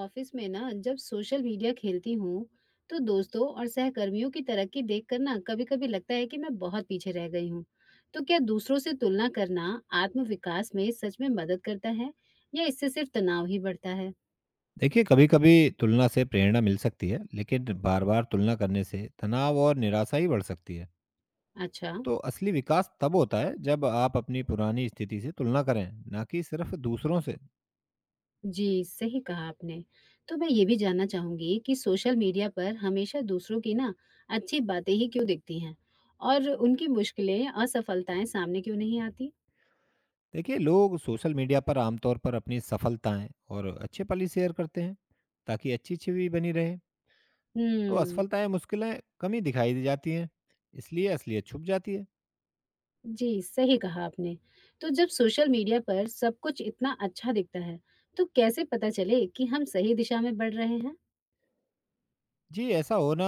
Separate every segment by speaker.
Speaker 1: Office में ना जब सोशल मीडिया खेलती हूँ तो दोस्तों और सहकर्मियों की तरक्की देखकर ना कभी कभी लगता है कि मैं बहुत पीछे रह गई हूँ। तो क्या दूसरों से तुलना करना आत्म विकास में सच में मदद करता है या इससे सिर्फ तनाव ही बढ़ता है?
Speaker 2: देखिए, कभी कभी तुलना से प्रेरणा मिल सकती है, लेकिन बार बार तुलना करने से तनाव और निराशा ही बढ़ सकती है।
Speaker 1: अच्छा।
Speaker 2: तो असली विकास तब होता है जब आप अपनी पुरानी स्थिति से तुलना करें, ना कि सिर्फ दूसरों से।
Speaker 1: जी, सही कहा आपने। तो मैं ये भी जानना चाहूंगी कि सोशल मीडिया पर हमेशा दूसरों की ना अच्छी बातें ही क्यों दिखती हैं और उनकी मुश्किलें असफलताएं सामने क्यों नहीं आती?
Speaker 2: देखिए, लोग सोशल मीडिया पर आमतौर पर अपनी सफलताएं और अच्छे पल ही शेयर करते हैं ताकि अच्छी छवि बनी रहे। तो
Speaker 1: हम्म।
Speaker 2: असफलताएं मुश्किलें कम ही दिखाई दी जाती हैं, इसलिए असलियत छुप जाती है।
Speaker 1: जी, सही कहा आपने। तो जब सोशल मीडिया पर सब कुछ इतना अच्छा दिखता है, तो कैसे पता चले कि हम सही दिशा में बढ़ रहे हैं?
Speaker 2: जी, ऐसा होना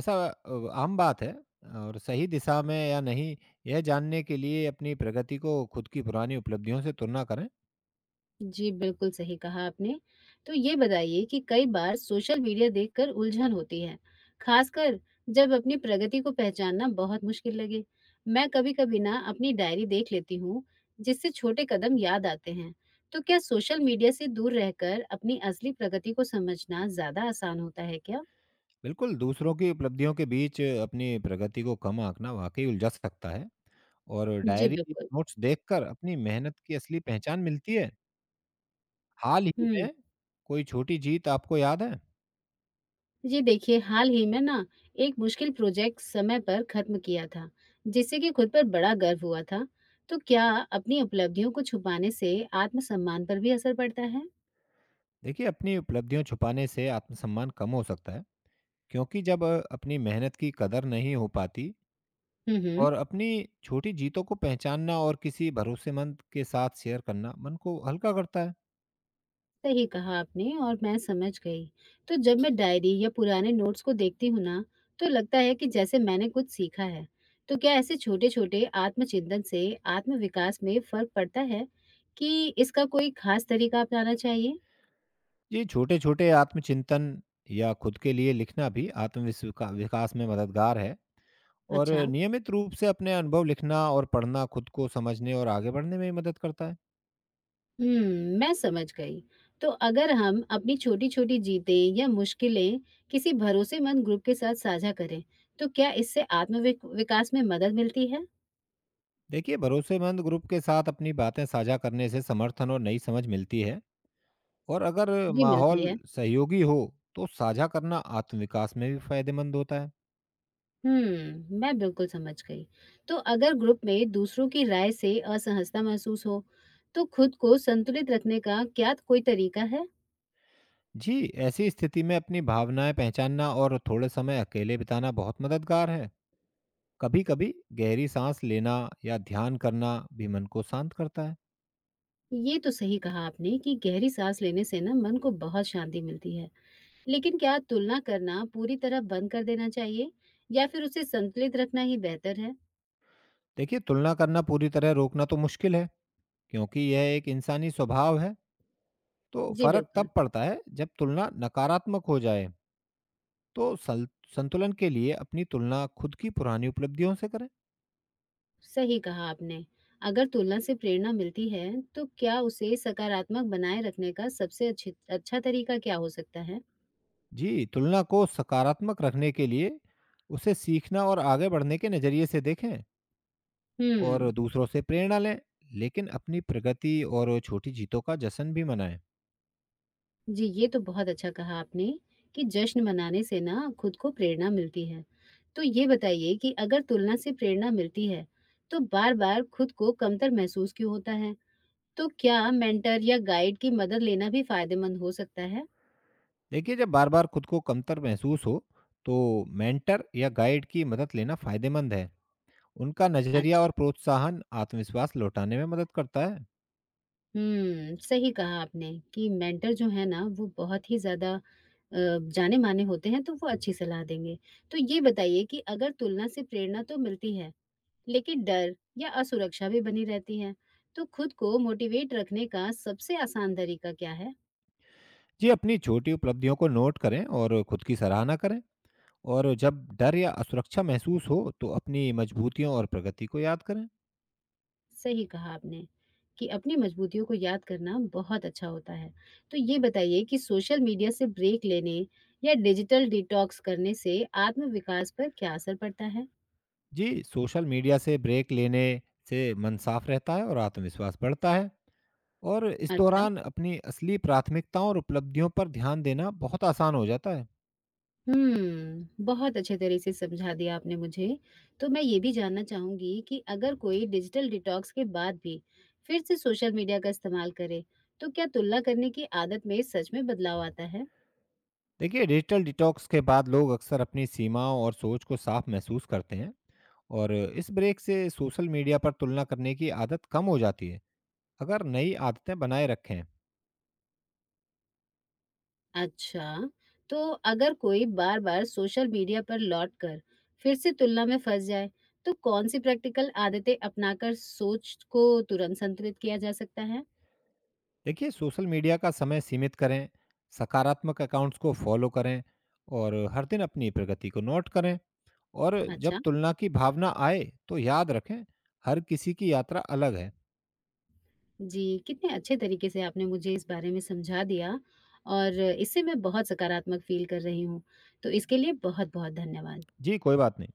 Speaker 2: ऐसा अ, आम बात है। और सही दिशा में या नहीं, यह जानने के लिए अपनी प्रगति को खुद की पुरानी उपलब्धियों से तुलना करें।
Speaker 1: जी, बिल्कुल सही कहा आपने। तो ये बताइए कि कई बार सोशल मीडिया देखकर उलझन होती है, खासकर जब अपनी प्रगति को पहचानना बहुत मुश्किल लगे। मैं कभी-कभी ना अपनी डायरी देख लेती हूँ, जिससे छोटे कदम याद आते हैं। तो क्या सोशल मीडिया से दूर रहकर अपनी असली प्रगति को समझना ज़्यादा आसान होता है क्या?
Speaker 2: बिल्कुल, दूसरों की उपलब्धियों के बीच अपनी प्रगति को कम आँकना वाक़ई उलझा सकता है और
Speaker 1: जी,
Speaker 2: डायरी,
Speaker 1: बिल्कुल।
Speaker 2: नोट्स देखकर अपनी मेहनत की असली पहचान मिलती है। हाल ही
Speaker 1: हुँ।
Speaker 2: में कोई छोटी जीत आपको याद है?
Speaker 1: जी देखिए, हाल ही में ना एक मुश्किल प्रोजेक्ट समय पर खत्म किया था, जिससे कि खुद पर बड़ा गर्व हुआ था। तो क्या अपनी उपलब्धियों को छुपाने से आत्मसम्मान पर भी असर पड़ता है?
Speaker 2: देखिए, अपनी उपलब्धियाँ छुपाने से आत्मसम्मान कम हो सकता है, क्योंकि जब अपनी मेहनत की कदर नहीं हो पाती
Speaker 1: हम्म।
Speaker 2: और अपनी छोटी जीतों को पहचानना और किसी भरोसेमंद के साथ शेयर करना मन को हल्का करता है।
Speaker 1: सही कहा आपने और मैं समझ गई। तो जब मैं डायरी या पुराने नोट्स को देखती हूँ ना, तो लगता है कि जैसे मैंने कुछ सीखा है। तो क्या ऐसे छोटे छोटे आत्मचिंतन से आत्मविकास में फर्क पड़ता है कि इसका कोई खास तरीका अपनाना चाहिए?
Speaker 2: ये छोटे-छोटे आत्मचिंतन या खुद के लिए लिखना भी आत्मविस विका विकास में मददगार है। और
Speaker 1: अच्छा।
Speaker 2: नियमित रूप से अपने अनुभव लिखना और पढ़ना खुद को समझने और आगे बढ़ने में भी मदद करता है।
Speaker 1: मैं समझ गई। तो अगर हम अपनी छोटी-छोटी जीतें या मुश्किलें किसी भरोसेमंद ग्रुप के साथ साझा करें, तो क्या इससे आत्मविक विकास में मदद मिलती है?
Speaker 2: देखिए, भरोसेमंद ग्रुप के साथ अपनी बातें साझा करने से समर्थन और नई समझ मिलती है और अगर
Speaker 1: जी, मिलती
Speaker 2: माहौल
Speaker 1: है।
Speaker 2: सहयोगी हो, तो साझा करना आत्मविकास में भी फ़ायदेमंद होता है।
Speaker 1: मैं बिल्कुल समझ गई। तो अगर ग्रुप में दूसरों की राय से असहजता महसूस हो, तो खुद को संतुलित रखने का क्या कोई तरीका है?
Speaker 2: जी, ऐसी स्थिति में अपनी भावनाएँ पहचानना और थोड़े समय अकेले बिताना बहुत मददगार है। कभी-कभी गहरी साँस लेना या ध्यान करना भी मन को शांत करता है।
Speaker 1: ये तो सही कहा आपने कि गहरी सांस लेने से ना मन को बहुत शांति मिलती है। लेकिन क्या तुलना करना पूरी तरह बंद कर देना चाहिए या फिर उसे संतुलित रखना ही बेहतर है?
Speaker 2: देखिए, तुलना करना पूरी तरह रोकना तो मुश्किल है, क्योंकि यह एक इंसानी स्वभाव है। तो
Speaker 1: जी
Speaker 2: फ़र्क
Speaker 1: बिल्कुल,
Speaker 2: तब पड़ता है जब तुलना नकारात्मक हो जाए। तो सल संतुलन के लिए अपनी तुलना खुद की पुरानी उपलब्धियों से करें।
Speaker 1: सही कहा आपने। अगर तुलना से प्रेरणा मिलती है, तो क्या उसे सकारात्मक बनाए रखने का सबसे अच्छी अच्छा तरीका क्या हो सकता है?
Speaker 2: जी, तुलना को सकारात्मक रखने के लिए उसे सीखना और आगे बढ़ने के नज़रिए से देखें। और
Speaker 1: हम्म,
Speaker 2: दूसरों से प्रेरणा लें, लेकिन अपनी प्रगति और छोटी जीतों का जश्न भी मनाएं।
Speaker 1: जी ये तो बहुत अच्छा कहा आपने कि जश्न मनाने से ना खुद को प्रेरणा मिलती है। तो ये बताइए कि अगर तुलना से प्रेरणा मिलती है, तो बार-बार खुद को कमतर महसूस क्यों होता है? तो क्या मेंटर या गाइड की मदद लेना भी फायदेमंद हो सकता है?
Speaker 2: देखिए, जब बार-बार खुद को कमतर महसूस हो, तो मेंटर या गाइड की मदद लेना फायदेमंद है। उनका नजरिया और
Speaker 1: अच्छा।
Speaker 2: प्रोत्साहन आत्मविश्वास लौटाने में मदद करता है।
Speaker 1: हुँ, सही कहा आपने कि मेंटर जो है ना वो बहुत ही ज़्यादा अ, जाने-माने होते हैं, तो वो अच्छी सलाह देंगे। तो ये बताइए कि अगर तुलना से प्रेरणा तो मिलती है, लेकिन डर या असुरक्षा भी बनी रहती है, तो खुद को मोटिवेट रखने का सबसे आसान तरीका क्या है?
Speaker 2: जी, अपनी छोटी उपलब्धियों को नोट करें और खुद की सराहना करें और जब डर या असुरक्षा महसूस हो, तो अपनी मजबूतियों और प्रगति को याद करें।
Speaker 1: सही कहा आपने कि अपनी मजबूतियों को याद करना बहुत अच्छा होता है। तो ये बताइए कि सोशल मीडिया से ब्रेक लेने या डिजिटल डिटॉक्स करने से आत्मविकास पर क्या असर पड़ता है?
Speaker 2: जी, सोशल मीडिया से ब्रेक लेने से मन साफ रहता है और आत्मविश्वास बढ़ता है। और इस
Speaker 1: अच्छा।
Speaker 2: दौरान अपनी असली प्राथमिकताओं और उपलब्धियों पर ध्यान देना बहुत आसान हो जाता है।
Speaker 1: हुँ, बहुत अच्छे तरह से समझा दिया आपने मुझे। तो मैं ये भी जानना चाहूँगी कि अगर कोई डिजिटल डिटॉक्स के बाद भी फिर से सोशल मीडिया का इस्तेमाल करे, तो क्या तुलना करने की आदत में सच में बदलाव आता है?
Speaker 2: देखिए, डिजिटल डिटॉक्स के बाद लोग अक्सर अपनी सीमाओं और सोच को साफ महसूस करते हैं और इस ब्रेक से सोशल मीडिया पर तुलना करने की आदत कम हो जाती है। अगर नई आदतें बनाए रखें,
Speaker 1: अच्छा, तो अगर कोई बार-बार सोशल मीडिया पर लौटकर फिर से तुलना में फँस जाए, तो कौन-सी प्रैक्टिकल आदतें अपनाकर सोच को तुरंत संतुलित किया जा सकता है?
Speaker 2: देखिए, सोशल मीडिया का समय सीमित करें, सकारात्मक अकाउंट्स को फॉलो करें और हर दिन अपनी प्रगति को नोट करें और जब
Speaker 1: अच्छा,
Speaker 2: तुलना की भावना आए तो याद रखें, हर किसी की यात्रा अलग है।
Speaker 1: जी, कितने अच्छे तरीके से आपने मुझे इस बारे में समझा दिया और इससे मैं बहुत सकारात्मक फ़ील कर रही हूँ, तो इसके लिए बहुत-बहुत धन्यवाद।
Speaker 2: जी, कोई बात नहीं।